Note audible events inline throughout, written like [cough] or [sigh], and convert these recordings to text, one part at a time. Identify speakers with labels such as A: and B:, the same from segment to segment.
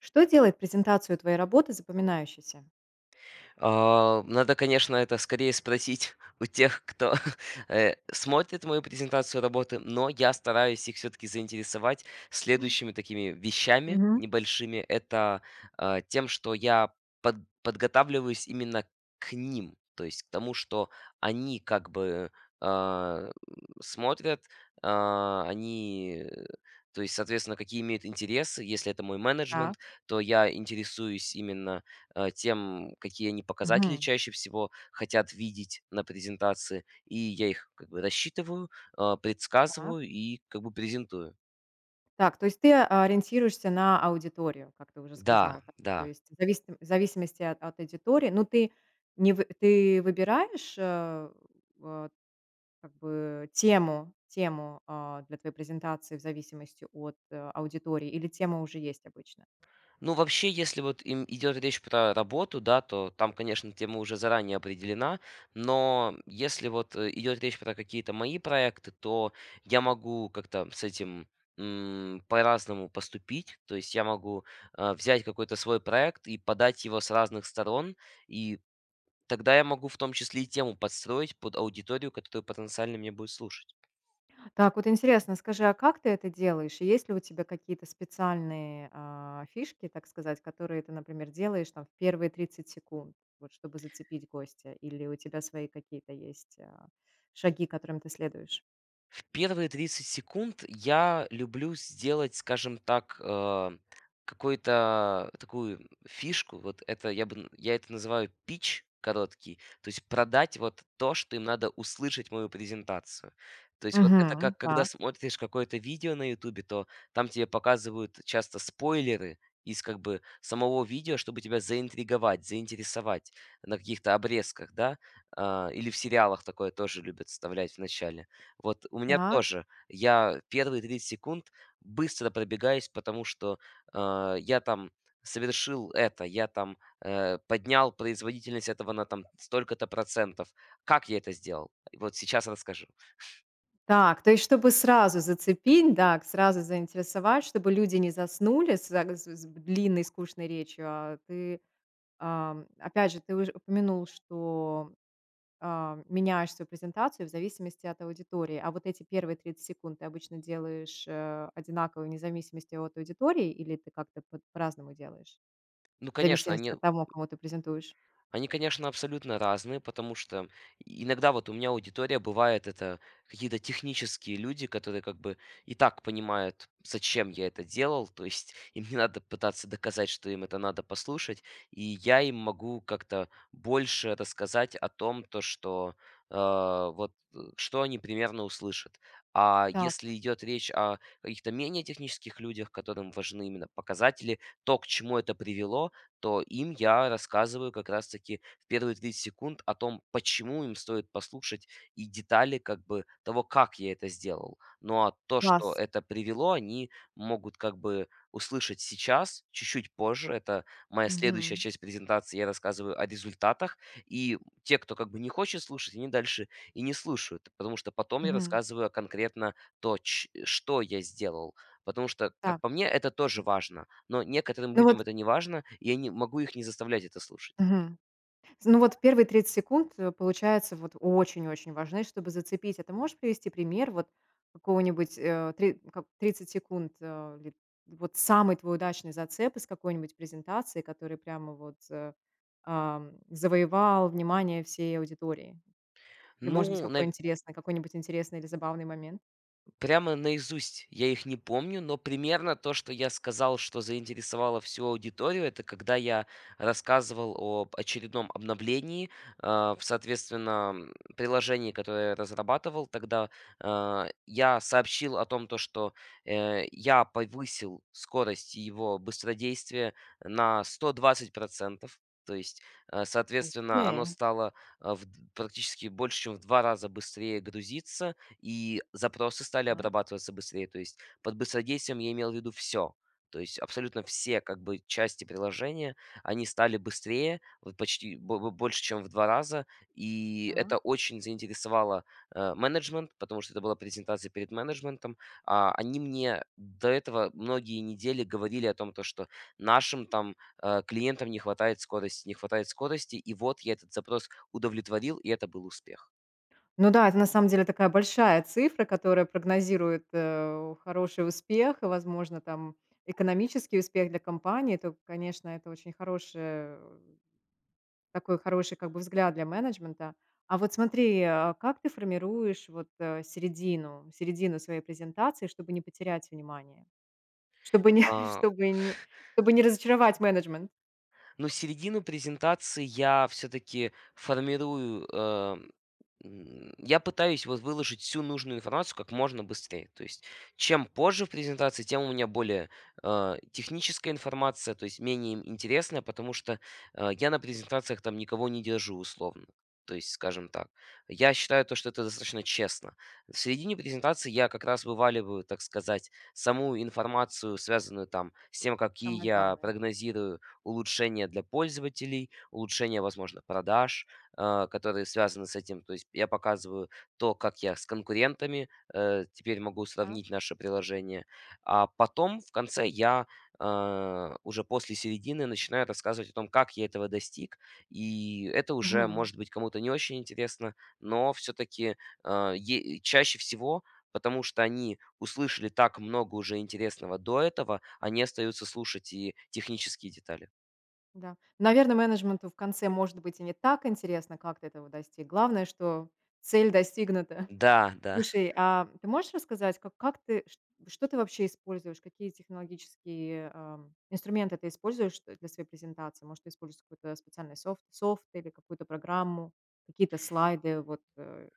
A: Что делает презентацию твоей работы запоминающейся?
B: Надо, конечно, это скорее спросить [laughs] у тех, кто [laughs] смотрит мою презентацию работы, но я стараюсь их все-таки заинтересовать следующими такими вещами
A: Мгм.
B: небольшими. Тем, что я подготавливаюсь именно к ним, то есть к тому, что они как бы а, смотрят, а, они... э, то есть, соответственно, какие имеют интересы. Если это мой менеджмент,
A: Так.
B: то я интересуюсь именно тем, какие они показатели
A: Мгм.
B: чаще всего хотят видеть на презентации. И я их как бы рассчитываю,
A: Так.
B: предсказываю и как бы презентую.
A: Так, то есть ты ориентируешься на аудиторию, как ты уже
B: Да,
A: сказала, да? То
B: да.
A: есть в зависимости от аудитории, но ты не вы ты выбираешь, вот как бы тему, для твоей презентации в зависимости от, аудитории или тема уже есть обычно?
B: Ну, вообще, если вот им идет речь про работу, да, то там, конечно, тема уже заранее определена, но если идет речь про какие-то мои проекты, то я могу как-то с этим по-разному поступить, то есть я могу взять какой-то свой проект и подать его с разных сторон, и тогда я могу в том числе и тему подстроить под аудиторию, которая потенциально меня будет слушать.
A: Так, вот интересно, скажи, а как ты это делаешь? И есть ли у тебя какие-то специальные, фишки, так сказать, которые ты, например, делаешь там в первые 30 секунд, вот чтобы зацепить гостя? Или у тебя свои какие-то есть, шаги, которым ты следуешь?
B: Первые 30 секунд я люблю сделать, скажем так, какую-то такую фишку. Вот это я бы, я это называю пич короткий, то есть продать вот то, что им надо услышать мою презентацию. То есть вот это
A: Мгм.
B: как когда
A: Так,
B: смотришь какое-то видео на Ютубе, то там тебе показывают часто спойлеры из как бы самого видео, чтобы тебя заинтриговать, заинтересовать на каких-то обрезках, да. Или в сериалах такое тоже любят вставлять в начале. Вот у меня
A: так,
B: тоже. Я первые 30 секунд быстро пробегаюсь, потому что я там совершил это, я там поднял производительность этого на там столько-то процентов. Как я это сделал? Вот сейчас расскажу.
A: так. То есть, чтобы сразу зацепить, так, сразу заинтересовать, чтобы люди не заснули с длинной скучной речью, а ты, опять же, ты уже упомянул, что меняешь свою презентацию в зависимости от аудитории. А вот эти первые 30 секунд ты обычно делаешь, одинаково вне зависимости от аудитории или ты как-то по по-разному делаешь?
B: Ну,
A: В
B: конечно,
A: зависимости
B: они
A: от того, кому ты презентуешь?
B: Они, конечно, абсолютно разные, потому что иногда вот у меня аудитория бывает это какие-то технические люди, которые как бы и так понимают, зачем я это делал, то есть [laughs] им не надо пытаться доказать, что им это надо послушать, и я им могу как-то больше рассказать о том, то что э, что они примерно услышат. А
A: Так,
B: если идет речь о каких-то менее технических людях, которым важны именно показатели, то к чему это привело, то им я рассказываю как раз-таки в первые 30 секунд о том, почему им стоит послушать, и детали как бы того, как я это сделал. Ну а то, что
A: класс.
B: это привело, они могут как бы услышать сейчас, чуть-чуть позже. Это моя следующая
A: Мгм.
B: часть презентации. Я рассказываю о результатах. И те, кто как бы не хочет слушать, они дальше и не слушают. Потому что потом я
A: Мгм.
B: рассказываю конкретно то, что я сделал. Потому что, как
A: Так,
B: по мне, это тоже важно. Но некоторым
A: ну вот
B: людям это не важно, и я не могу их не заставлять это слушать.
A: мгм. Ну вот первые 30 секунд, получается, вот очень-очень важны, чтобы зацепить. А ты можешь привести пример вот какого-нибудь, э, три как 30 секунд, э, ли вот самый твой удачный зацеп из какой-нибудь презентации, который прямо вот, завоевал внимание всей аудитории? Или, может быть,
B: Ну, наверное,
A: какой-нибудь интересный или забавный момент?
B: прямо наизусть я их не помню, но примерно то, что я сказал, что заинтересовало всю аудиторию, это когда я рассказывал об очередном обновлении в приложении, которое я разрабатывал тогда. Я сообщил о том, что я повысил скорость его быстродействия на 120%. То есть,
A: Ух ты.
B: соответственно, оно стало практически больше, чем в два раза быстрее грузиться, и запросы стали
A: Так,
B: обрабатываться быстрее. То есть под быстродействием я имел в виду все, то есть абсолютно все как бы части приложения, они стали быстрее, вот почти бо бо больше, чем в 2 раза. И
A: так.
B: это очень заинтересовало менеджмент, потому что это была презентация перед менеджментом. Они мне до этого многие недели говорили о том, то что нашим там клиентам не хватает скорости, не хватает скорости. И вот я этот запрос удовлетворил, и это был успех.
A: Ну да, это на самом деле такая большая цифра, которая прогнозирует, хороший успех и, возможно, там экономический успех для компании. То, конечно, это очень хороший такой хороший как бы взгляд для менеджмента. А вот смотри, а как ты формируешь вот, середину своей презентации, чтобы не потерять внимание? Чтобы не [laughs]
B: А
A: чтобы не чтобы не разочаровать менеджмент,
B: Но середину презентации я все-таки формирую, я пытаюсь вот выложить всю нужную информацию как можно быстрее. То есть чем позже в презентации, тем у меня более техническая информация, то есть менее интересная, потому что я на презентациях там никого не держу условно. То есть, скажем так, я считаю, то что это достаточно честно. В середине презентации я как раз вываливаю, так сказать, саму информацию, связанную там с тем, какие
A: самое
B: я
A: главное.
B: прогнозирую улучшения для пользователей, улучшения, возможно, продаж, которые связаны с этим. То есть я показываю то, как я с конкурентами теперь могу
A: Да?
B: сравнить наше приложение. А потом, в конце, я уже после середины начинаю рассказывать о том, как я этого достиг. И это уже, может быть, кому-то не очень интересно, но все-таки чаще всего, потому что они услышали так много уже интересного до этого, они остаются слушать и технические детали.
A: Да. Наверное, менеджменту в конце, может быть, и не так интересно, как ты этого достиг. Главное, что цель достигнута.
B: Да, да.
A: Слушай, а ты можешь рассказать, как ты ш что ты вообще используешь? Какие технологические, инструменты ты используешь для своей презентации? Может, ты используешь какой-то специальный софт или какую-то программу, какие-то слайды? Вот, э,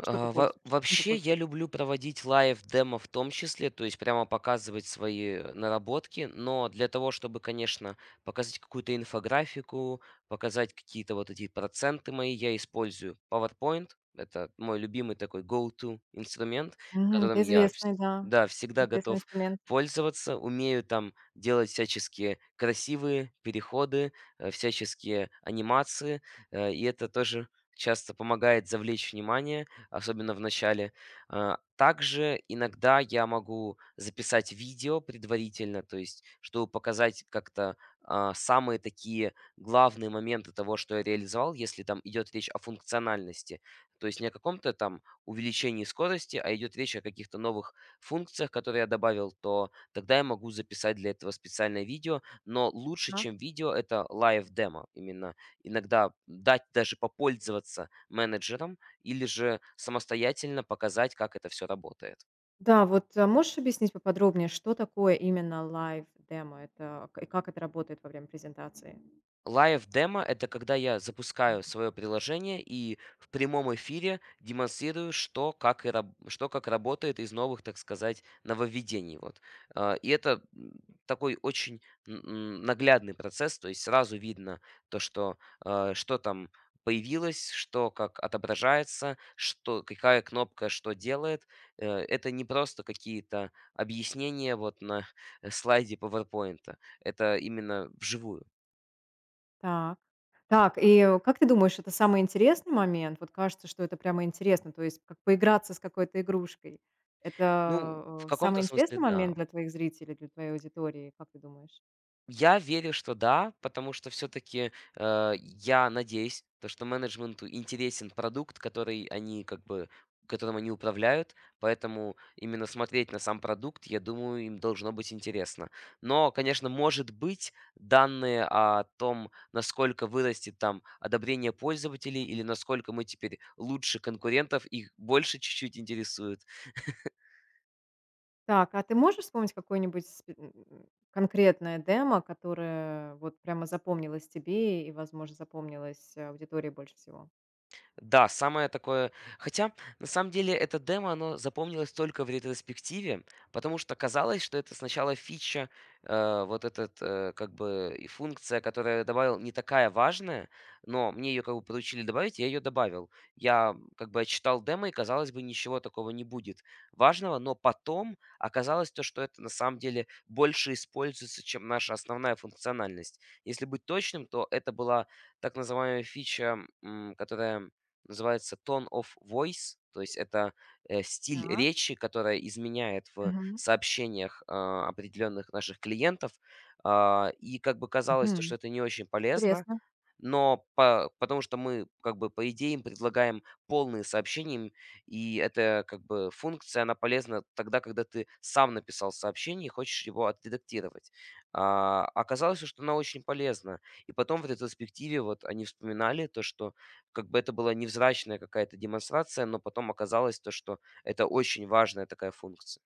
A: что ты
B: А, во
A: пользуешься? Чем ты
B: Вообще, я
A: пользуешься?
B: люблю проводить лайв-демо в том числе, то есть прямо показывать свои наработки, но для того, чтобы, конечно, показать какую-то инфографику, показать какие-то вот эти проценты мои, я использую PowerPoint. Это мой любимый такой go-to инструмент,
A: Мгм.
B: которым
A: Это
B: я вс
A: известный, да,
B: да, всегда
A: известный
B: готов
A: инструмент.
B: пользоваться. Умею там делать всяческие красивые переходы, всяческие анимации, и это тоже часто помогает завлечь внимание, особенно в начале. Также иногда я могу записать видео предварительно, то есть, чтобы показать как-то самые такие главные моменты того, что я реализовал, если там идет речь о функциональности. То есть не о каком-то там увеличении скорости, а идет речь о каких-то новых функциях, которые я добавил, то тогда я могу записать для этого специальное видео. Но лучше, чем видео, это live демо. Именно иногда дать даже попользоваться менеджером или же самостоятельно показать, как это все работает.
A: Да, вот, можешь объяснить поподробнее, что такое именно live демо? Это к И как это работает во время презентации?
B: Live демо — это когда я запускаю свое приложение и в прямом эфире демонстрирую, что как работает из новых, так сказать, нововведений. Вот. Это такой очень наглядный процесс, то есть сразу видно то, что что там появилось, что как отображается, что, какая кнопка что делает. Это не просто какие-то объяснения вот на [laughs] слайде PowerPoint. Это именно вживую.
A: Так. Так, и, как ты думаешь, это самый интересный момент? Вот кажется, что это прямо интересно, то есть как поиграться с какой-то игрушкой.
B: Ну, в
A: Это, самый
B: каком-то смысле,
A: интересный
B: да.
A: момент для твоих зрителей, для твоей аудитории, как ты думаешь?
B: Я верю, что да, потому что все-таки я надеюсь, что менеджменту интересен продукт, который они как бы которым они управляют, поэтому именно смотреть на сам продукт, я думаю, им должно быть интересно. Но, конечно, может быть, данные о том, насколько вырастет там одобрение пользователей или насколько мы теперь лучше конкурентов, их больше чуть-чуть интересует.
A: Так, а ты можешь вспомнить какое-нибудь конкретное демо, которое вот прямо запомнилось тебе и, возможно, запомнилось аудитории больше всего?
B: Да, самое такое, хотя, на самом деле, это демо, оно запомнилось только в ретроспективе, потому что казалось, что это сначала фича, как бы и функция, которую я добавил, не такая важная, но мне ее как бы поручили добавить, я ее добавил. Я как бы читал демо, и, казалось бы, ничего такого не будет важного, но потом оказалось, что это на самом деле больше используется, чем наша основная функциональность. Если быть точным, то это была так называемая фича, которая называется tone of voice, то есть это стиль
A: Так.
B: речи, которая изменяет в сообщениях определенных наших клиентов. И как бы казалось, что
A: Мгм.
B: это не очень полезно,
A: Интересно.
B: но по потому что мы, как бы, по идее, им предлагаем полные сообщения им, и эта, как бы, функция, она полезна тогда, когда ты сам написал сообщение и хочешь его отредактировать. Оказалось, что она очень полезна. И потом в ретроспективе вот они вспоминали, что как бы это была невзрачная какая-то демонстрация, но потом оказалось, что это очень важная такая функция.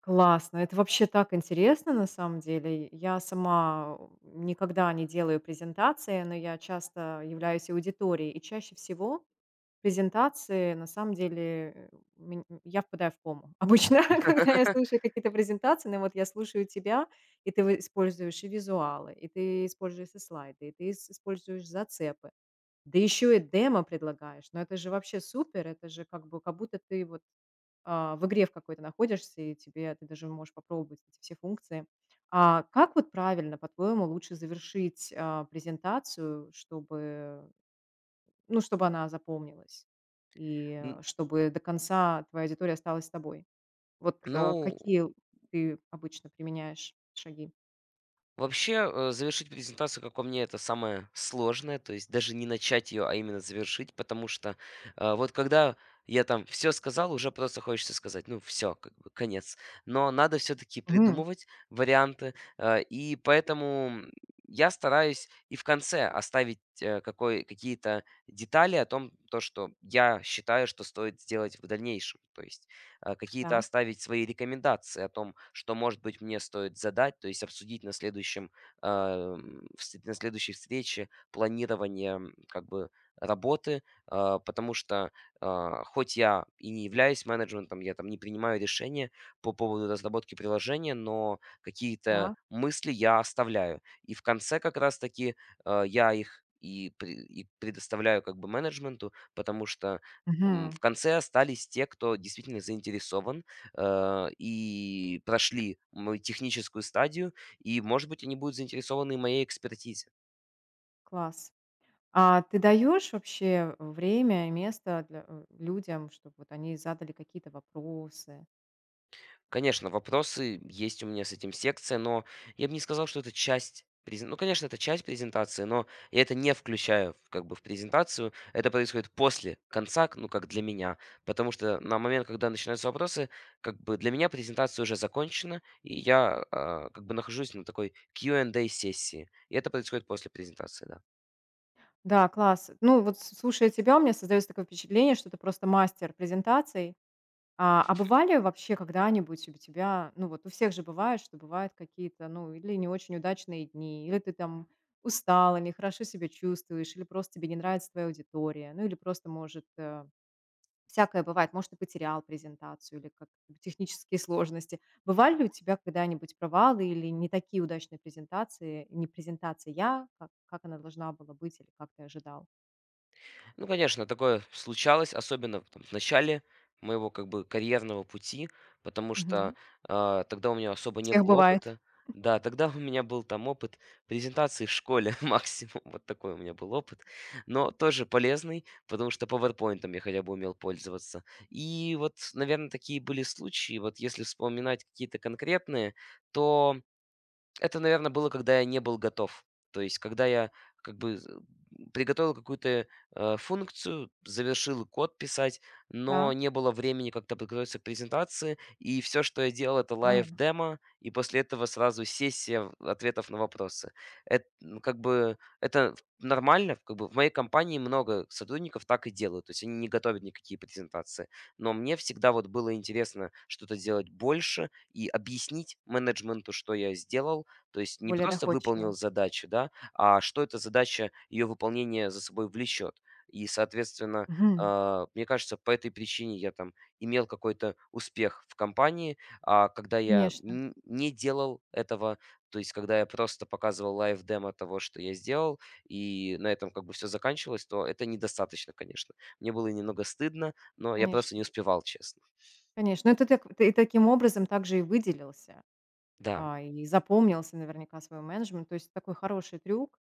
A: Классно. Это вообще так интересно, на самом деле. Я сама никогда не делаю презентации, но я часто являюсь аудиторией. И чаще всего презентации, на самом деле, э, я впадаю в кому. Обычно, [laughs] когда я слушаю какие-то презентации, но вот я слушаю тебя, и ты используешь и визуалы, и ты используешь и слайды, и ты используешь зацепы. Да еще и демо предлагаешь. Но это же вообще супер. Это же как бы как будто ты вот, в игре в какой-то находишься, и тебе ты даже можешь попробовать эти все функции. А как вот правильно, по-твоему, лучше завершить, презентацию, чтобы, ну, чтобы она запомнилась и
B: Н
A: чтобы до конца твоя аудитория осталась с тобой? Вот,
B: ну
A: какие ты обычно применяешь шаги?
B: Вообще, завершить презентацию, как по мне, это самое сложное, то есть даже не начать ее, а именно завершить, потому что вот когда я там все сказал, уже просто хочется сказать, ну все, как бы конец. Но надо все-таки
A: Мгм.
B: придумывать варианты, и поэтому я стараюсь и в конце оставить какие-то детали о том, что я считаю, что стоит сделать в дальнейшем. То есть какие-то
A: Так,
B: оставить свои рекомендации о том, что, может быть, мне стоит задать, то есть обсудить на следующем, вс на следующей встрече планирование, как бы работы, потому что хоть я и не являюсь менеджментом, я там не принимаю решения по поводу разработки приложения, но какие-то
A: так.
B: мысли я оставляю. И в конце как раз таки я их и предоставляю как бы менеджменту, потому что
A: Мгм.
B: в конце остались те, кто действительно заинтересован, и прошли мою техническую стадию, и, может быть, они будут заинтересованы и моей экспертизе.
A: Класс. А ты даешь вообще время и место для, людям, чтобы вот они задали какие-то вопросы?
B: Конечно, вопросы есть у меня с этим секция, но я бы не сказал, что это часть презен ну, конечно, это часть презентации, но я это не включаю в как бы в презентацию. Это происходит после конца, ну, как для меня. Потому что на момент, когда начинаются вопросы, как бы для меня презентация уже закончена, и я как бы нахожусь на такой Q&A сессии. И это происходит после презентации, да.
A: Да, класс. Ну, вот с слушая тебя, у меня создается такое впечатление, что ты просто мастер презентаций. А бывали вообще когда-нибудь у тебя, ну, вот у всех же бывает, что бывают какие-то, ну, или не очень удачные дни, или ты там устала, нехорошо себя чувствуешь, или просто тебе не нравится твоя аудитория, ну, или просто, может, всякое бывает. Может, ты потерял презентацию или как технические сложности. Бывали ли у тебя когда-нибудь провалы или не такие удачные презентации, не презентация, я, как она должна была быть или как ты ожидал?
B: Ну, конечно, такое случалось, особенно в начале моего как бы карьерного пути, потому что
A: Мгм.
B: тогда у меня особо
A: У
B: не
A: всех
B: было
A: бывает,
B: опыта. Да, тогда [laughs] у меня был там опыт презентации в школе [laughs] максимум, вот такой у меня был опыт, но тоже полезный, потому что «Пауэрпоинтом» я хотя бы умел пользоваться. И вот, наверное, такие были случаи. Вот если вспоминать какие-то конкретные, то это, наверное, было, когда я не был готов. То есть когда я как бы з приготовил какую-то функцию, завершил код писать, но
A: да.
B: не было времени как-то подготовиться к презентации. И все, что я делал, это
A: А,
B: лайв-демо, и после этого сразу сессия в ответов на вопросы. Это, как бы это в нормально. Как бы в моей компании много сотрудников так и делают. То есть они не готовят никакие презентации. Но мне всегда вот было интересно что-то делать больше и объяснить менеджменту, что я сделал. То есть не
A: более
B: просто выполнил
A: доходчиво.
B: задачу, да, а что эта задача, ее выполнение за собой влечет. И, соответственно,
A: Мгм.
B: мне кажется, по этой причине я там имел какой-то успех в компании, а когда я
A: Конечно,
B: не делал этого, то есть когда я просто показывал лайв-демо того, что я сделал, и на этом как бы все заканчивалось, то это недостаточно, конечно. Мне было немного стыдно, но я просто не
A: конечно,
B: успевал, честно.
A: конечно. Ну, ты, так, ты таким образом также и выделился
B: Да,
A: и запомнился наверняка своему менеджменту. То есть такой хороший трюк.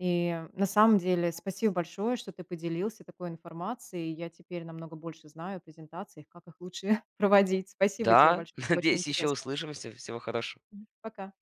A: И на самом деле спасибо большое, что ты поделился такой информацией. Я теперь намного больше знаю о презентациях, как их лучше [laughs] проводить. Спасибо тебе
B: да,
A: большое,
B: [laughs]
A: было очень
B: надеюсь, еще
A: интересно.
B: услышимся, всего хорошего.
A: Мгм. Пока.